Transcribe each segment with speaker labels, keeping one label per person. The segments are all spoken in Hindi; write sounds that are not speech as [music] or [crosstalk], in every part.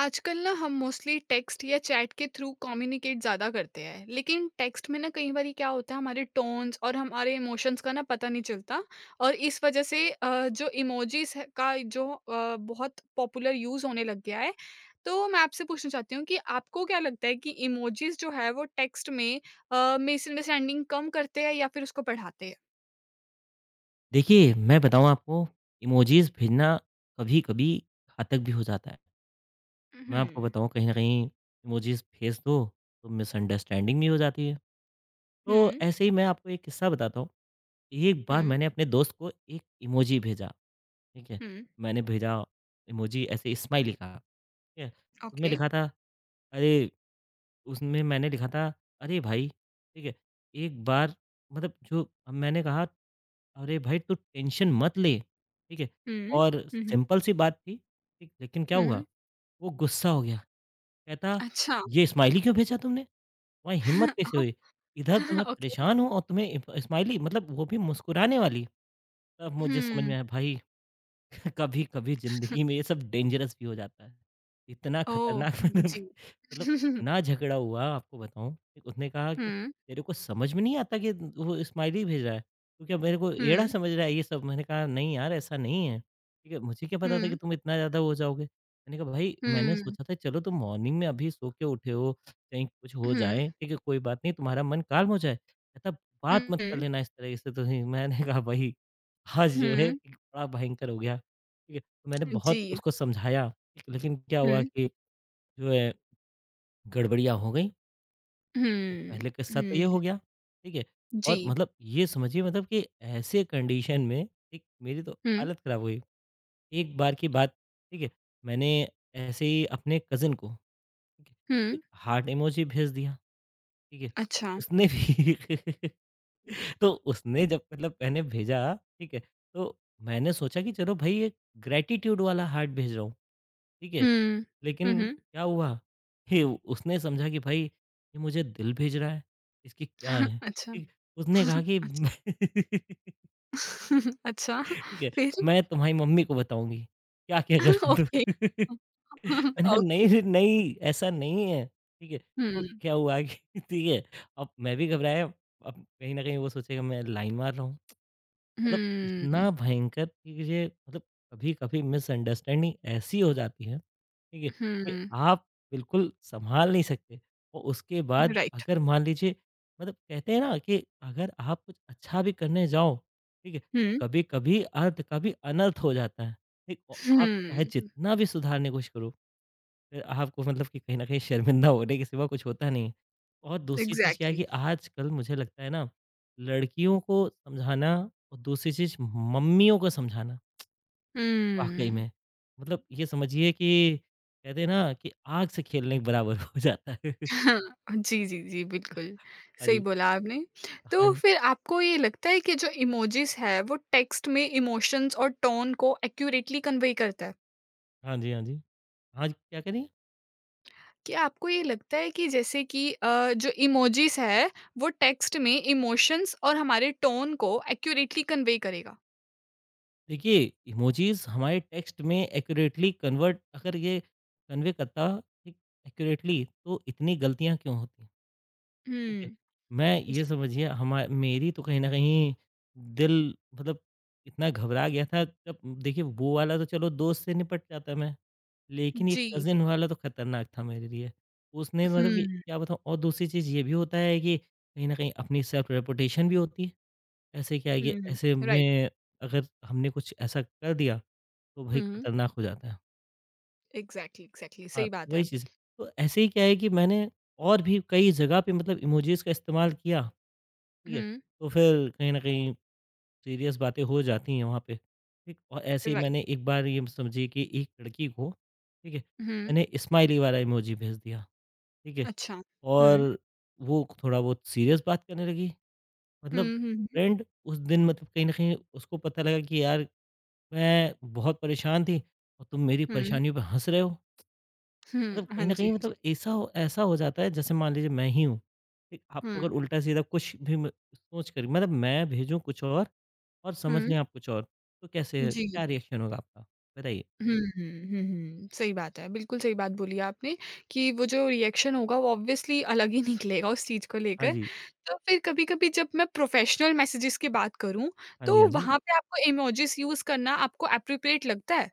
Speaker 1: आजकल ना हम मोस्टली टेक्स्ट या चैट के थ्रू कम्युनिकेट ज़्यादा करते हैं। लेकिन टेक्स्ट में ना कई बार क्या होता है, हमारे टोन्स और हमारे इमोशंस का ना पता नहीं चलता। और इस वजह से जो इमोजीज का बहुत पॉपुलर यूज़ होने लग गया है। तो मैं आपसे पूछना चाहती हूँ कि आपको क्या लगता है कि इमोजीज जो है वो टेक्स्ट में मिसअंडरस्टैंडिंग कम करते हैं या फिर उसको बढ़ाते हैं?
Speaker 2: देखिए, मैं बताऊँ आपको इमोजीज़ भेजना कभी-कभी घातक भी हो जाता है। मैं आपको
Speaker 1: हम्म।
Speaker 2: बताऊँ कहीं न कहीं इमोजीज़ भेज दो तो मिसअंडरस्टैंडिंग भी हो जाती है। तो
Speaker 1: हम्म।
Speaker 2: ऐसे ही मैं आपको एक किस्सा बताता हूँ। एक बार
Speaker 1: हम्म।
Speaker 2: मैंने अपने दोस्त को एक इमोजी भेजा, ठीक है?
Speaker 1: हम्म।
Speaker 2: मैंने भेजा इमोजी ऐसे स्माइली का, ठीक है? उसमें
Speaker 1: ओके।
Speaker 2: लिखा था अरे! उसमें मैंने लिखा था, "अरे भाई" ठीक है? एक बार मतलब जो अब मैंने कहा अरे भाई तू टेंशन मत ले, ठीक है?
Speaker 1: हम्म।
Speaker 2: और
Speaker 1: हम्म।
Speaker 2: सिंपल सी बात थी, ठीक, लेकिन क्या हुआ,
Speaker 1: हम्म।
Speaker 2: वो गुस्सा हो गया। कहता,
Speaker 1: अच्छा।
Speaker 2: "ये स्माइली क्यों भेजा तुमने? तुम्हारी हिम्मत कैसे
Speaker 1: [laughs]
Speaker 2: हुई? इधर तो मैं
Speaker 1: [laughs] ओके।
Speaker 2: परेशान हूँ और तुम्हें इप स्माइली मतलब वो भी मुस्कुराने वाली।" तब मुझे समझ में
Speaker 1: हुँ,
Speaker 2: आया भाई [laughs] कभी कभी जिंदगी में ये सब डेंजरस भी हो जाता है। इतना
Speaker 1: ओह!
Speaker 2: खतरनाक [laughs] मतलब
Speaker 1: [laughs] जी।
Speaker 2: मतलब
Speaker 1: [laughs]
Speaker 2: इतना झगड़ा हुआ आपको बताऊँ, उसने कहा कि
Speaker 1: हुँ,
Speaker 2: तेरे को समझ में नहीं आता कि वो स्माइली भेज रहा है, तू क्या मेरे को एड़ा
Speaker 1: हुँ,
Speaker 2: समझ रहा है ये सब? मैंने कहा नहीं यार ऐसा नहीं है, ठीक है? मुझे क्या पता था कि
Speaker 1: हुँ,
Speaker 2: तुम इतना ज़्यादा हो जाओगे। मैंने कहा भाई मैंने
Speaker 1: हुँ,
Speaker 2: सोचा था चलो तुम मॉर्निंग में अभी सो के उठे हो, कहीं कुछ हो
Speaker 1: हुँ,
Speaker 2: जाए, ठीक है? कोई बात नहीं तुम्हारा मन काल्म हो जाए। कहता बात मत
Speaker 1: हुँ,
Speaker 2: कर लेना इस तरीके से तुम मैंने कहा भाई आज जो है
Speaker 1: हुँ,
Speaker 2: बड़ा भयंकर हो गया। ठीक है, तो मैंने बहुत
Speaker 1: जी।
Speaker 2: उसको समझाया, ठीक, लेकिन क्या हुआ
Speaker 1: हुँ,
Speaker 2: कि जो है गड़बड़ियाँ हो गई, ठीक है,
Speaker 1: हुँ,
Speaker 2: पहले के साथ तो ये
Speaker 1: हुँ,
Speaker 2: हो गया, ठीक है?
Speaker 1: जी।
Speaker 2: और मतलब ये समझिए मतलब कि ऐसे कंडीशन में एक मेरी तो
Speaker 1: हुँ,
Speaker 2: हालत ख़राब हो गई। एक बार की बात, ठीक है, मैंने ऐसे ही अपने कज़िन को, ठीक है,
Speaker 1: हुँ,
Speaker 2: एक हार्ट इमोजी भेज दिया, ठीक है?
Speaker 1: अच्छा।
Speaker 2: उसने भी [laughs] तो उसने जब मतलब मैंने भेजा, ठीक है, तो मैंने सोचा कि चलो भई एक ग्रैटिट्यूड वाला हार्ट भेज रहा हूँ, ठीक है?
Speaker 1: हुँ, हुँ,
Speaker 2: लेकिन
Speaker 1: हुँ,
Speaker 2: क्या हुआ कि उसने समझा कि भाई ये मुझे दिल भेज रहा है, इसकी क्या
Speaker 1: [laughs]
Speaker 2: है?
Speaker 1: अच्छा,
Speaker 2: ठीक, उसने कहा
Speaker 1: [laughs]
Speaker 2: कि
Speaker 1: अच्छा।
Speaker 2: [laughs]
Speaker 1: [laughs] अच्छा,
Speaker 2: ठीक है,
Speaker 1: फिर?
Speaker 2: मैं तुम्हारी मम्मी को बताऊँगी, क्या-क्या
Speaker 1: [laughs]
Speaker 2: करते तुम।
Speaker 1: ओके।
Speaker 2: [laughs]
Speaker 1: [laughs]
Speaker 2: मैंने कहा
Speaker 1: ओके।
Speaker 2: नहीं, नहीं ऐसा नहीं है, ठीक है। तो
Speaker 1: हुँ,
Speaker 2: क्या हुआ कि [laughs] ठीक है, अब मैं भी घबराया, अब कहीं न कहीं वो सोचेगा मैं लाइन मार रहा हूँ। मतलब
Speaker 1: हुँ,
Speaker 2: इतना भयंकर कि ये मतलब कभी-कभी मिसअंडरस्टैंडिंग ऐसी हो जाती है, ठीक है? कि
Speaker 1: हुँ,
Speaker 2: आप बिल्कुल सँभाल नहीं सकते और उसके बाद
Speaker 1: राइट।
Speaker 2: अगर मान लीजिए मतलब कहते हैं ना कि अगर आप कुछ अच्छा भी करने जाओ, ठीक है? तो
Speaker 1: हुँ,
Speaker 2: कभी-कभी अर्थ का भी अनर्थ हो जाता है, ठीक? और आप चाहे
Speaker 1: हुँ,
Speaker 2: जितना भी सुधारने की कोशिश करो, फिर आपको मतलब कि कहीं न कहीं शर्मिंदा होने के सिवा कुछ होता नहीं है। और दूसरी चीज़ क्या है
Speaker 1: एग्ज़ैक्टली।
Speaker 2: कि आजकल मुझे लगता है ना, लड़कियों को समझाना और दूसरी चीज़ मम्मियों को समझाना, वाक़ई
Speaker 1: हुँ।
Speaker 2: में। मतलब ये समझिए कि कहते हैं ना कि आग से खेलने के बराबर [laughs] हो जाता है। [laughs]
Speaker 1: [laughs] हाँ, जी, जी, जी, बिल्कुल,
Speaker 2: हाँ
Speaker 1: सही
Speaker 2: जी।
Speaker 1: बोला आपने।
Speaker 2: हाँ
Speaker 1: तो
Speaker 2: जी।
Speaker 1: फिर आपको ये लगता है कि जो इमोजीज़ है, वो टेक्स्ट में इमोशंस और टोन को एक्यूरेटली कन्वे करता है?
Speaker 2: हाँ जी, हाँ जी। हाँ जी, क्या कह रही हैं?
Speaker 1: क्या आपको ये लगता है कि जैसे कि जो इमोजीज़ है, वो टेक्स्ट में इमोशंस और हमारे टोन को एक्यूरेटली कन्वे करेगा?
Speaker 2: देखिए, इमोजीज़ हमारे टेक्स्ट में एक्यूरेटली कन्वर्ट अगर ये कन्वे करता, ठीक, एक्यूरेटली तो इतनी गलतियाँ क्यों होती? हैं? ठीक है।
Speaker 1: हुँ,
Speaker 2: मैं
Speaker 1: जी,
Speaker 2: ये समझिए हमा मेरी तो कहीं न कहीं दिल मतलब इतना घबरा गया था जब देखिए वो वाला तो चलो दोस्त से निपट जाता मैं, लेकिन ये
Speaker 1: जी,
Speaker 2: कज़िन वाला तो खतरनाक था मेरे लिए। उसने मतलब कि
Speaker 1: हुँ,
Speaker 2: क्या बताऊँ और दूसरी चीज़ ये भी होता है कि कहीं न कहीं अपनी सेल्फ रेपुटेशन भी होती है। ऐसे क्या है कि
Speaker 1: हुँ,
Speaker 2: ऐसे
Speaker 1: राइट,
Speaker 2: में अगर हमने कुछ ऐसा कर दिया तो भाई
Speaker 1: हुँ,
Speaker 2: खतरनाक हो जाता है।
Speaker 1: एग्ज़ैक्टली, एग्ज़ैक्टली,
Speaker 2: हाँ,
Speaker 1: सही बात है।
Speaker 2: वही चीज़ है। तो ऐसे ही क्या है कि मैंने और भी कई जगह पे मतलब इमोजीज़ का इस्तेमाल किया। ठीक है?
Speaker 1: हुँ,
Speaker 2: तो फिर कहीं न कहीं सीरियस बातें हो जाती हैं वहाँ पे, ठीक? और ऐसे ही
Speaker 1: राइट,
Speaker 2: मैंने एक बार ये समझिए कि एक लड़की को, ठीक है?
Speaker 1: हुँ,
Speaker 2: मैंने स्माइली वाला इमोजी भेज दिया, ठीक है?
Speaker 1: अच्छा, हुँ,
Speaker 2: और वो थोड़ा बहुत सीरियस बात करने लगी,
Speaker 1: हुँ,
Speaker 2: मतलब
Speaker 1: हुँ, हुँ,
Speaker 2: फ्रेंड उस दिन मतलब कहीं न कहीं उसको पता लगा कि यार मैं बहुत परेशान थी और तुम मेरी
Speaker 1: हुँ,
Speaker 2: परेशानियों पे हँस रहे हो।
Speaker 1: हुँ,
Speaker 2: मतलब कहीं
Speaker 1: हाँ
Speaker 2: न कहीं
Speaker 1: जी।
Speaker 2: मतलब ऐसा हो जाता है जैसे मान लीजिए मैं ही हूँ, ठीक? आपको
Speaker 1: हुँ,
Speaker 2: अगर उल्टा-सीधा कुछ भी म सोच कर मतलब मैं भेजूँ कुछ और समझ
Speaker 1: हुँ।
Speaker 2: लें आप कुछ और, तो कैसे
Speaker 1: जी।
Speaker 2: क्या रिएक्शन होगा आपका? बताइए?
Speaker 1: हुँ, हुँ, हुँ, सही बात है। बिल्कुल सही बात बोली आपने कि वो जो रिएक्शन होगा वो ऑब्वियसली अलग ही [laughs] निकलेगा उस चीज़ को
Speaker 2: हाँ
Speaker 1: लेकर।
Speaker 2: जी।
Speaker 1: तो फिर कभी-कभी जब मैं प्रोफ़ेशनल मैसेजेस की बात करूँ,
Speaker 2: हाँ जी, हाँ
Speaker 1: तो
Speaker 2: जी।
Speaker 1: वहाँ पे आपको इमोजीज़ यूज़ करना आपको एप्रोप्रिएट लगता है?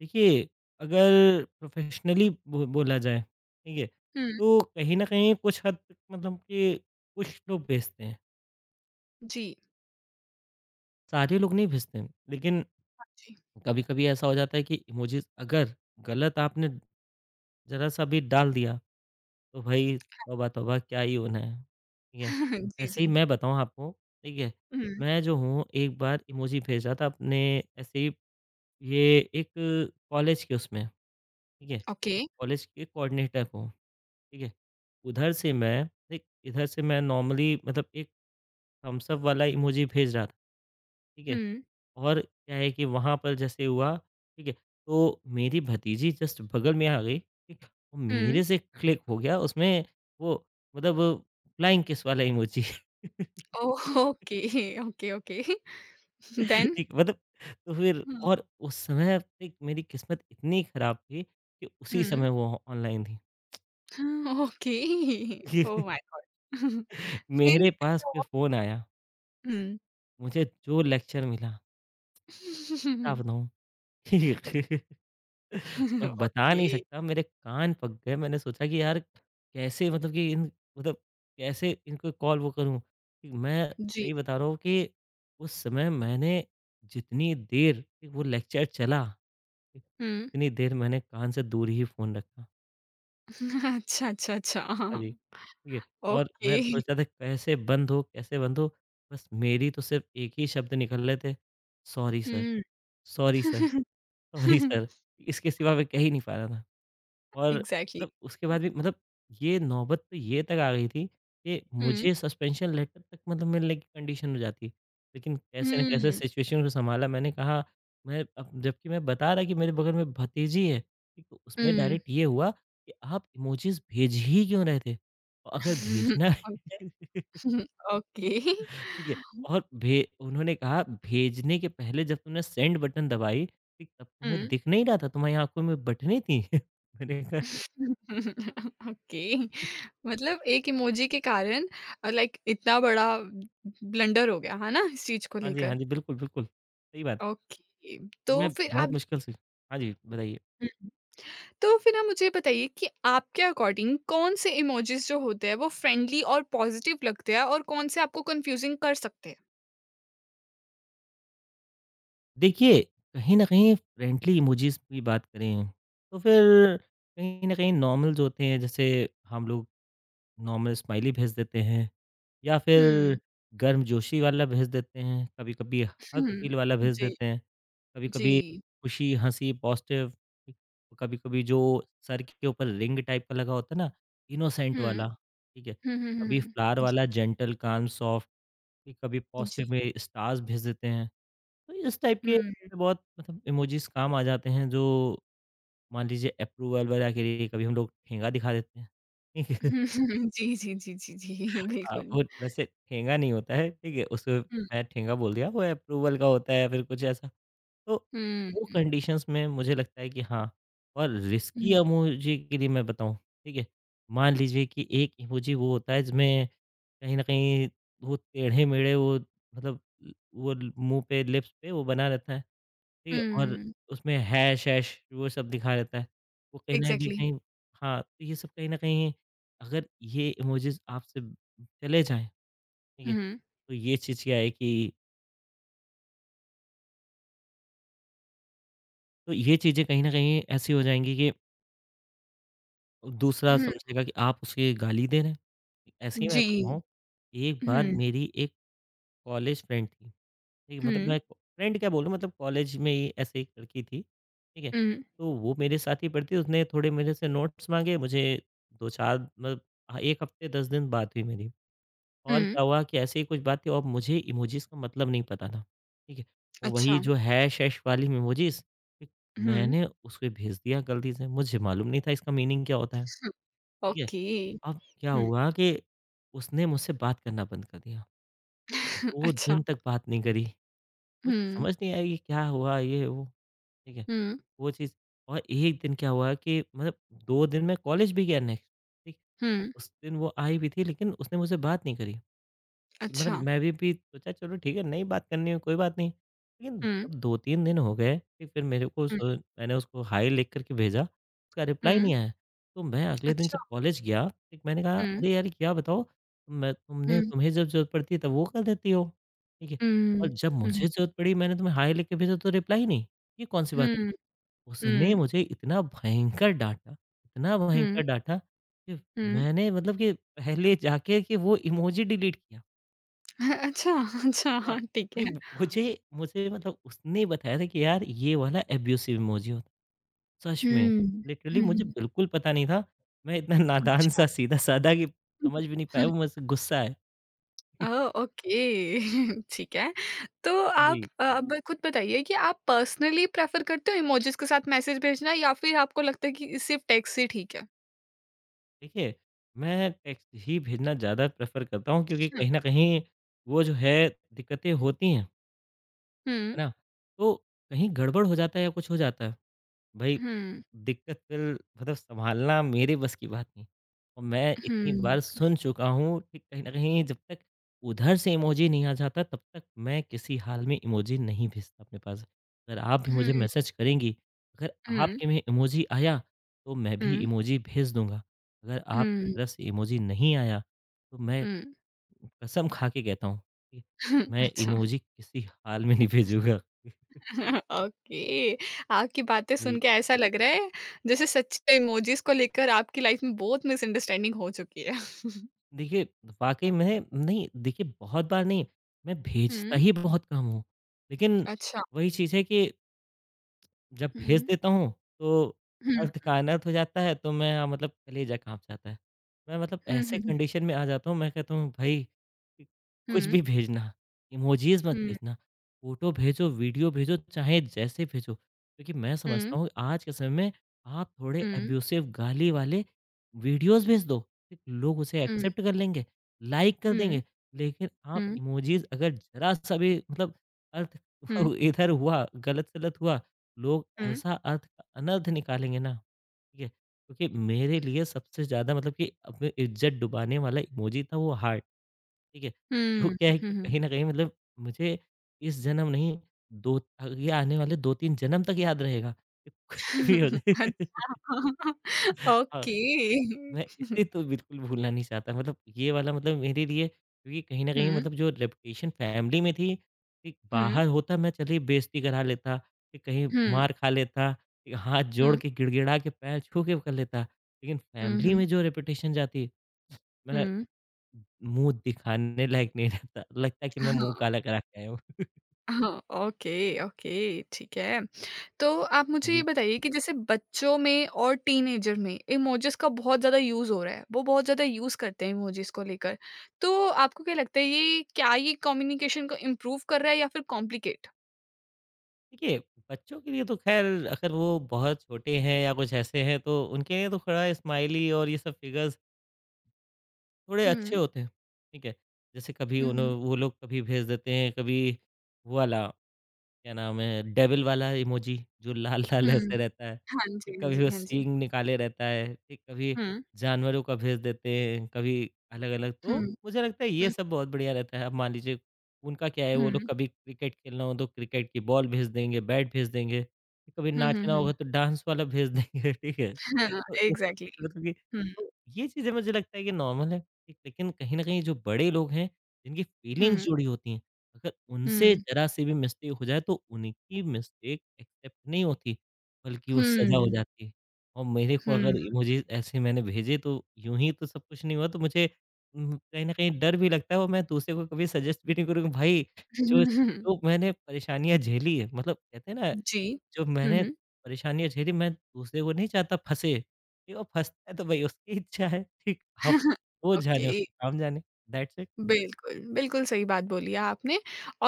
Speaker 2: देखिए, अगर प्रोफ़ेशनली बो बोला जाए, ठीक है?
Speaker 1: हुँ,
Speaker 2: तो कहीं न कहीं कुछ हद तक मतलब कि कुछ लोग भेजते हैं,
Speaker 1: जी।
Speaker 2: सारे लोग नहीं भेजते हैं। लेकिन
Speaker 1: हाँ जी।
Speaker 2: कभी-कभी ऐसा हो जाता है कि इमोजीज़ अगर गलत आपने ज़रा-सा भी डाल दिया तो भाई तौबा तौबा क्या ही होना है, ठीक है?
Speaker 1: [laughs] जी,
Speaker 2: ऐसे
Speaker 1: जी।
Speaker 2: ही मैं बताऊँ आपको, ठीक है?
Speaker 1: हुँ,
Speaker 2: मैं जो हूँ एक बार इमोजी भेजा था अपने ऐसे ही ये एक कॉलेज के उसमें, ठीक है?
Speaker 1: ओके।
Speaker 2: कॉलेज के कोऑर्डिनेटर को, ठीक है? उधर से मैं एक इधर से मैं नॉर्मली मतलब एक थम्स अप वाला इमोजी भेज रहा था, ठीक है?
Speaker 1: हुँ,
Speaker 2: और क्या है कि वहाँ पर जैसे हुआ, ठीक है? तो मेरी भतीजी जस्ट बगल में आ गई, ठीक? और
Speaker 1: हुँ।
Speaker 2: मेरे से क्लिक हो गया उसमें वो मतलब फ्लाइंग किस वाला emoji. [laughs]
Speaker 1: Oh! Okay, okay, okay. [laughs] Then?
Speaker 2: ठीक मतलब तो फिर
Speaker 1: हुँ,
Speaker 2: और उस समय एक मेरी किस्मत इतनी खराब थी कि उसी
Speaker 1: हुँ।
Speaker 2: समय वो ऑनलाइन थी।
Speaker 1: [laughs] ओके। Oh my
Speaker 2: [laughs]
Speaker 1: God! [laughs] फिर? फिर
Speaker 2: मेरे पास
Speaker 1: क्या
Speaker 2: फिर
Speaker 1: हुआ?
Speaker 2: फ़ोन आया,
Speaker 1: हुँ।
Speaker 2: मुझे जो लेक्चर मिला, क्या
Speaker 1: [laughs]
Speaker 2: बताऊँ? [laughs] मैं बता
Speaker 1: ओके।
Speaker 2: नहीं सकता मेरे कान पक गए मैंने सोचा कि यार कैसे मतलब कि इन मतलब कैसे इनको कॉल वो करूँ मैं
Speaker 1: जी।
Speaker 2: सही बता रहा हूँ कि उस समय मैंने जितनी देर कि वो लेक्चर चला ठीक,
Speaker 1: हुँ।
Speaker 2: उतनी देर मैंने कान से दूर ही फ़ोन रखा।
Speaker 1: [laughs] अच्छा, अच्छा, अच्छा।
Speaker 2: हाँ
Speaker 1: हाँ।
Speaker 2: जी, ठीक है और
Speaker 1: ओके।
Speaker 2: मैं सोच रहा था कैसे बंद हो कैसे बंद हो? बस मेरी तो सिर्फ़ एक ही शब्द निकल रहे थे सॉरी सर,
Speaker 1: हुँ।
Speaker 2: सॉरी सर, सॉरी सर इसके सिवा मैं कह ही नहीं पा रहा था। और
Speaker 1: एग्ज़ैक्टली।
Speaker 2: मतलब उसके बाद भी मतलब ये नौबत तो ये तक आ गई थी कि
Speaker 1: हुँ।
Speaker 2: मुझे सस्पेंशन लेटर तक मतलब मिलने की कंडीशन हो जाती। लेकिन कैसे न कैसे
Speaker 1: हुँ,
Speaker 2: सिचुएशन को सँभाला मैंने कहा मैं अब जबकि मैं बता रहा कि मेरे बगल में भतीजी है, ठीक तो उसमें
Speaker 1: हुँ।
Speaker 2: डायरेक्ट ये हुआ कि आप इमोजीज़ भेज ही क्यों रहे थे? और अगर
Speaker 1: [laughs]
Speaker 2: भेजना
Speaker 1: [laughs]
Speaker 2: है
Speaker 1: ओके।
Speaker 2: [laughs]
Speaker 1: [laughs] ओके।
Speaker 2: ठीक है
Speaker 1: [laughs]
Speaker 2: और भे उन्होंने कहा भेजने के पहले जब तुमने सेंड बटन दबाई, ठीक तब तुम्हें
Speaker 1: हुँ।
Speaker 2: दिख नहीं रहा था तुम्हारी आँखों में बटनें थी? [laughs] मैंने कहा
Speaker 1: [laughs] ओके। मतलब एक इमोजी के कारण लाइक इतना बड़ा ब्लंडर हो गया, है ना? इस चीज़ को
Speaker 2: हाँ जी, हाँ
Speaker 1: लेकर।
Speaker 2: जी। बिल्कुल, बिल्कुल, सही बात है।
Speaker 1: ओके,
Speaker 2: तो
Speaker 1: तो
Speaker 2: मैं
Speaker 1: फिर आप
Speaker 2: बहुत मुश्किल से हाँ जी, बताइए।
Speaker 1: हुँ। तो फिर आप मुझे बताइए कि आपके अकॉर्डिंग कौन से इमोजीज जो होते हैं वो फ्रेंडली और पॉजिटिव लगते हैं और कौन से आपको कंफ्यूजिंग कर सकते हैं?
Speaker 2: देखिए, कहीं न कहीं फ्रेंडली इमोजीज़ की बात करें, तो फिर कहीं न कहीं नॉर्मल जो होते हैं, जैसे हम लोग नॉर्मल स्माइली भेज देते हैं या फिर
Speaker 1: हुँ,
Speaker 2: गर्मजोशी वाला भेज देते हैं, कभी-कभी हग
Speaker 1: हुँ।
Speaker 2: फील वाला भेज
Speaker 1: जी,
Speaker 2: देते हैं,
Speaker 1: जी।
Speaker 2: कभी-कभी खुशी, हँसी, पॉज़िटिव, ठीक, कभी-कभी जो सर के ऊपर रिंग टाइप का लगा होता है ना, इनोसेंट
Speaker 1: हुँ।
Speaker 2: वाला, ठीक है?
Speaker 1: हुँ, हुँ, हुँ,
Speaker 2: कभी
Speaker 1: हुँ।
Speaker 2: फ्लावर वाला, जेंटल, काल्म, सॉफ्ट कि कभी
Speaker 1: जी,
Speaker 2: पॉज़िटिव
Speaker 1: जी।
Speaker 2: में स्टार्स भेज देते हैं। तो इस टाइप के
Speaker 1: हुँ।
Speaker 2: थोड़े बहुत मतलब इमोजीज़ काम आ जाते हैं जो मान लीजिए अप्रूवल वगैरह के लिए कभी हम लोग ठेंगा दिखा देते हैं। ठीक है? [laughs]
Speaker 1: [laughs] जी, जी, जी, जी, जी, [laughs]
Speaker 2: हाँ,
Speaker 1: बिल्कुल।
Speaker 2: वो वैसे ठेंगा नहीं होता है, ठीक है? उसको
Speaker 1: हुँ,
Speaker 2: मैं ठेंगा बोल दिया, वो अप्रूवल का होता है या फिर कुछ ऐसा। तो
Speaker 1: हुँ,
Speaker 2: वो
Speaker 1: हुँ,
Speaker 2: कंडीशंस में मुझे लगता है कि हाँ और रिस्की
Speaker 1: हुँ,
Speaker 2: इमोजी के लिए मैं बताऊँ, ठीक है? मान लीजिए कि एक इमोजी वो होता है जिसमें कहीं न कहीं वो टेढ़े-मेढ़े वो मतलब वो मुँह पे लिप्स पे वो बना रहता है, ठीक है? और
Speaker 1: हुँ,
Speaker 2: उसमें हैश-ऐश वो सब दिखा रहता है। वो कहीं न कहीं
Speaker 1: एग्ज़ैक्टली।
Speaker 2: कहीं- हाँ, तो ये सब कहीं न कहीं अगर ये इमोजीज़ आपसे चले जाएँ, ठीक है?
Speaker 1: हुँ,
Speaker 2: तो ये चीज़ क्या है कि तो ये चीज़ें कहीं न कहीं ऐसी हो जाएँगी कि दूसरा
Speaker 1: हुँ,
Speaker 2: समझेगा कि आप उसे गाली दे रहे हैं। ऐसे ही मैं
Speaker 1: जी।
Speaker 2: बताऊँ, एक बार
Speaker 1: हुँ,
Speaker 2: मेरी एक कॉलेज फ्रेंड थी, ठीक है? मतलब
Speaker 1: हुँ,
Speaker 2: मैं फ्रेंड क्या बोलूँ मतलब कॉलेज में ही ऐसे एक लड़की थी, ठीक है?
Speaker 1: हुँ,
Speaker 2: तो वो मेरे साथ ही पढ़ती थी, उसने थोड़े मेरे से नोट्स माँगे, मुझे 2-4 मतलब हाँ, 1 हफ़्ते 10 दिन बात हुई मेरी और
Speaker 1: हुँ,
Speaker 2: क्या हुआ कि ऐसे ही कुछ बात थी और मुझे इमोजीज़ का मतलब नहीं पता था, ठीक है? और वही
Speaker 1: अच्छा।
Speaker 2: जो हैश-ऐश वाली इमोजीज़,
Speaker 1: हुँ,
Speaker 2: मैंने उसको भेज दिया गलती से, मुझे मालूम नहीं था इसका मीनिंग क्या होता है। ठीक है।
Speaker 1: ओके।
Speaker 2: अब क्या
Speaker 1: हुँ,
Speaker 2: हुआ कि उसने मुझसे बात करना बंद कर दिया।
Speaker 1: [laughs]
Speaker 2: 2
Speaker 1: अच्छा।
Speaker 2: दिन तक बात नहीं करी। मुझे
Speaker 1: हुँ,
Speaker 2: समझ नहीं आई कि क्या हुआ ये वो, ठीक है।
Speaker 1: हुँ,
Speaker 2: वो चीज़ और एक दिन क्या हुआ कि मतलब 2 दिन मैं कॉलेज भी गया नेक्स्ट, ठीक।
Speaker 1: हुँ।
Speaker 2: उस दिन वो आई भी थी लेकिन उसने मुझसे बात नहीं करी। मतलब
Speaker 1: अच्छा।
Speaker 2: मैं भी सोचा चलो ठीक है नहीं बात करनी है कोई बात नहीं। लेकिन
Speaker 1: हुँ,
Speaker 2: जब 2-3 दिन हो गए कि फिर मेरे को उस
Speaker 1: हुँ,
Speaker 2: मैंने उसको हाय लिख कर के भेजा, उसका रिप्लाई
Speaker 1: हुँ,
Speaker 2: नहीं आया। तो मैं अगले दिन
Speaker 1: अच्छा,
Speaker 2: जब कॉलेज गया, एक मैंने कहा
Speaker 1: हुँ,
Speaker 2: अरे यार क्या बताओ मैं तुमने
Speaker 1: हुँ,
Speaker 2: तुम्हें जब ज़रूरत पड़ती है तब वो कर देती हो, ठीक है। और
Speaker 1: हुँ,
Speaker 2: जब
Speaker 1: हुँ,
Speaker 2: मुझे ज़रूरत पड़ी मैंने तुम्हें हाय लिख के भेजा तो रिप्लाई ही नहीं, ये कौन-सी बात हुई?
Speaker 1: हुँ,
Speaker 2: उसने
Speaker 1: हुँ,
Speaker 2: मुझे इतना भयंकर
Speaker 1: हुँ,
Speaker 2: डाँटा कि
Speaker 1: हुँ।
Speaker 2: मैंने मतलब कि पहले जाके कि वो इमोजी डिलीट किया।
Speaker 1: [laughs] अच्छा, अच्छा,
Speaker 2: हाँ,
Speaker 1: हाँ, ठीक है।
Speaker 2: क्योंकि मुझे मुझे मतलब उसने बताया था कि यार ये वाला अब्यूसिव इमोजी होता है। सच में,
Speaker 1: हुँ,
Speaker 2: लिटरली मुझे
Speaker 1: हुँ,
Speaker 2: बिल्कुल पता नहीं था। मैं इतना नादान
Speaker 1: अच्छा।
Speaker 2: सा सीधा-साधा कि समझ भी नहीं पाया वो मुझसे गुस्सा है। [laughs]
Speaker 1: ओह! ओके, [laughs] ठीक है। तो आप
Speaker 2: जी,
Speaker 1: अब खुद बताइए कि आप पर्सनली प्रेफ़र करते हो इमोजीज़ के साथ मैसेज भेजना या फिर आपको लगता है कि सिर्फ़ टेक्स्ट ही ठीक है?
Speaker 2: देखिए मैं टेक्स्ट ही भेजना ज़्यादा प्रेफ़र करता हूँ क्योंकि
Speaker 1: हुँ,
Speaker 2: कहीं न कहीं वो जो है दिक्कतें होती हैं,
Speaker 1: हुँ,
Speaker 2: है ना? तो कहीं गड़बड़ हो जाता है या कुछ हो जाता है भाई
Speaker 1: हुँ,
Speaker 2: दिक्कत फिर मतलब सँभालना मेरे बस की बात नहीं। और मैं इतनी बार
Speaker 1: हुँ,
Speaker 2: सुन चुका हूँ कि कहीं न कहीं जब तक उधर से इमोजी नहीं आ जाता तब तक मैं किसी हाल में इमोजी नहीं भेजता अपने पास। अगर आप भी मुझे
Speaker 1: हुँ,
Speaker 2: मैसेज करेंगी, अगर
Speaker 1: हुँ,
Speaker 2: आपके में इमोजी आया तो मैं भी
Speaker 1: हुँ,
Speaker 2: इमोजी भेज दूँगा। अगर आप
Speaker 1: हुँ,
Speaker 2: तरफ से इमोजी नहीं आया तो मैं
Speaker 1: हुँ,
Speaker 2: कसम खा के कहता हूँ कि
Speaker 1: [laughs]
Speaker 2: मैं
Speaker 1: अच्छा।
Speaker 2: इमोजी किसी हाल में नहीं भेजूँगा।
Speaker 1: [laughs] ओके, आपकी बातें
Speaker 2: हाँ
Speaker 1: सुन
Speaker 2: जी।
Speaker 1: के ऐसा लग रहा है जैसे सच में इमोजीज़ को लेकर आपकी लाइफ़ में बहुत मिसअंडरस्टैंडिंग हो चुकी है।
Speaker 2: देखिए, वाक़ई में नहीं देखिए बहुत बार नहीं, मैं भेजता
Speaker 1: हुँ,
Speaker 2: ही बहुत कम हूँ। लेकिन
Speaker 1: अच्छा।
Speaker 2: वही चीज़ है कि जब भेज
Speaker 1: हुँ,
Speaker 2: देता हूँ, तो
Speaker 1: हुँ,
Speaker 2: अर्थकानत हो जाता है, तो मैं हाँ, मतलब कलेजा काँप जाता है। मैं मतलब
Speaker 1: हुँ,
Speaker 2: ऐसे
Speaker 1: हुँ, हुँ,
Speaker 2: कंडीशन में आ जाता हूँ, मैं कहता हूँ, "भई, कुछ
Speaker 1: हुँ,
Speaker 2: भी भेजना, इमोजीज़ मत
Speaker 1: हुँ,
Speaker 2: भेजना। फ़ोटो भेजो, वीडियो भेजो, चाहे जैसे भेजो।" क्योंकि मैं
Speaker 1: हुँ,
Speaker 2: समझता हूँ, आज के समय में आप थोड़े
Speaker 1: हुँ,
Speaker 2: एब्यूसिव गाली वाले वीडियोज़ भेज दो, ठीक, लोग उसे
Speaker 1: हुँ, हुँ,
Speaker 2: एक्सेप्ट कर लेंगे, लाइक कर
Speaker 1: हुँ,
Speaker 2: देंगे। लेकिन आप
Speaker 1: हुँ,
Speaker 2: इमोजीज़ अगर ज़रा-सा भी मतलब अर्थ [laughs] इधर हुआ, गलत-सलत हुआ, लोग
Speaker 1: हुँ,
Speaker 2: ऐसा अर्थ अनर्थ निकालेंगे ना, ठीक है? क्योंकि मेरे लिए सबसे ज़्यादा मतलब कि अपनी इज़्ज़त डुबाने वाला इमोजी था वो हार्ट, ठीक है? [laughs] जो
Speaker 1: हुँ,
Speaker 2: क्या है
Speaker 1: हुँ,
Speaker 2: कि
Speaker 1: हुँ।
Speaker 2: कहीं न कहीं मतलब मुझे इस जन्म नहीं, दो आगे आने वाले 2-3 जन्म तक याद रहेगा कि [laughs] कुछ भी हो
Speaker 1: [laughs]
Speaker 2: जाए।
Speaker 1: अच्छा।
Speaker 2: [laughs] हाँ।
Speaker 1: ओके।
Speaker 2: मैं
Speaker 1: [laughs]
Speaker 2: इसे तो बिल्कुल भूलना नहीं चाहता मतलब ये वाला मतलब मेरे लिए क्योंकि कहीं न कहीं
Speaker 1: हुँ,
Speaker 2: मतलब जो रेपुटेशन फैमिली में थी, कि
Speaker 1: हुँ,
Speaker 2: बाहर होता मैं चलिए बेइज़्ज़ती करा लेता, कि कहीं
Speaker 1: हुँ,
Speaker 2: मार खा लेता, कि हाथ जोड़
Speaker 1: हुँ,
Speaker 2: के गिड़गिड़ा के पैर छू के कर लेता। लेकिन
Speaker 1: हुँ,
Speaker 2: फैमिली
Speaker 1: हुँ,
Speaker 2: में जो रेपुटेशन जाती, मैं
Speaker 1: हुँ।
Speaker 2: मुँह दिखाने लायक नहीं रहता, लगता है कि मैं मुँह
Speaker 1: हाँ,
Speaker 2: काला करा के आया हूँ।
Speaker 1: हाँ, ओके, ओके, ठीक है। तो आप मुझे ये
Speaker 2: जी,
Speaker 1: बताइए कि जैसे बच्चों में और टीनेजर में इमोजीज का बहुत ज़्यादा यूज़ हो रहा है। वो बहुत ज़्यादा यूज़ करते हैं इमोजीज को लेकर। तो आपको क्या लगता है ये क्या ये कम्युनिकेशन को इम्प्रूव कर रहा है या फिर कॉम्प्लिकेट?
Speaker 2: देखिए बच्चों के लिए तो ख़ैर अगर वो बहुत छोटे हैं या कुछ ऐसे हैं तो उनके लिए तो थोड़ा स्माइली और ये सब फिगर्स थोड़े अच्छे
Speaker 1: हुँ,
Speaker 2: होते हैं, ठीक है? जैसे कभी
Speaker 1: हुँ,
Speaker 2: उन्हों
Speaker 1: हुँ,
Speaker 2: वो लोग कभी भेज देते हैं, कभी वो वाला क्या नाम है? डेविल वाला इमोजी जो लाल-लाल
Speaker 1: हुँ।
Speaker 2: ऐसे रहता है।
Speaker 1: हाँ
Speaker 2: फिर
Speaker 1: जी, हाँ
Speaker 2: कभी
Speaker 1: जी,
Speaker 2: वो
Speaker 1: हाँ जी।
Speaker 2: सींग निकाले रहता है, फिर कभी
Speaker 1: हुँ,
Speaker 2: जानवरों का भेज देते हैं, कभी अलग-अलग
Speaker 1: हुँ,
Speaker 2: तो मुझे लगता है ये
Speaker 1: हुँ,
Speaker 2: सब बहुत बढ़िया रहता है। अब मान लीजिए उनका क्या है वो लोग
Speaker 1: हुँ,
Speaker 2: कभी क्रिकेट खेलना हो तो क्रिकेट की बॉल भेज देंगे, बैट भेज देंगे, कभी
Speaker 1: हुँ, हुँ,
Speaker 2: नाचना
Speaker 1: हुँ।
Speaker 2: होगा तो डांस वाला भेज देंगे, [laughs] ठीक है?
Speaker 1: हाँ,
Speaker 2: तो इस
Speaker 1: एग्ज़ैक्टली।
Speaker 2: मतलब कि
Speaker 1: हुँ,
Speaker 2: तो ये चीज़ें मुझे लगता है कि नॉर्मल है, ठीक। लेकिन कहीं न कहीं जो बड़े लोग हैं, जिनकी फीलिंग्स
Speaker 1: हुँ,
Speaker 2: जुड़ी होती हैं अगर उनसे
Speaker 1: हुँ,
Speaker 2: ज़रा-सी भी मिस्टेक हो जाए तो उनकी मिस्टेक एक्सेप्ट नहीं होती, बल्कि वो सज़ा हो
Speaker 1: हुँ,
Speaker 2: जाती है। और मेरे को अगर
Speaker 1: हुँ।
Speaker 2: इमोजीज़ ऐसे मैंने भेजे तो यूँ ही तो सब कुछ नहीं हुआ तो मुझे कहीं न कहीं डर भी लगता है और मैं दूसरे को कभी सजेस्ट भी नहीं करूँगा भाई जो
Speaker 1: [laughs]
Speaker 2: जो मैंने परेशानियाँ झेली है मतलब कहते हैं ना,
Speaker 1: जी।
Speaker 2: जो
Speaker 1: हुँ,
Speaker 2: मैंने
Speaker 1: हुँ।
Speaker 2: परेशानियाँ झेली मैं दूसरे को नहीं चाहता फँसे। ठीक और फँसता है तो भाई उसकी इच्छा है, ठीक? अब
Speaker 1: [laughs]
Speaker 2: वो जाने
Speaker 1: ओके।
Speaker 2: उसका काम जाने दैट्स इट।
Speaker 1: बिल्कुल, बिल्कुल सही बात बोली है आपने।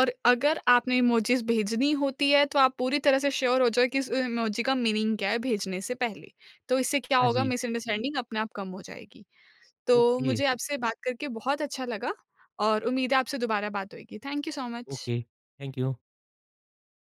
Speaker 1: और अगर आपने इमोजीज़ भेजनी होती है तो आप पूरी तरह से श्योर हो जाओ कि इस इमोजी का मीनिंग क्या है भेजने से पहले। तो इससे क्या
Speaker 2: हाँ
Speaker 1: होगा जी।
Speaker 2: जी,
Speaker 1: मिसअंडरस्टैंडिंग अपने आप कम हो जाएगी। तो
Speaker 2: ओके।
Speaker 1: मुझे आपसे बात करके बहुत अच्छा लगा और उम्मीद है आपसे दोबारा बात होएगी। Thank you so much.
Speaker 2: Okay. Thank you.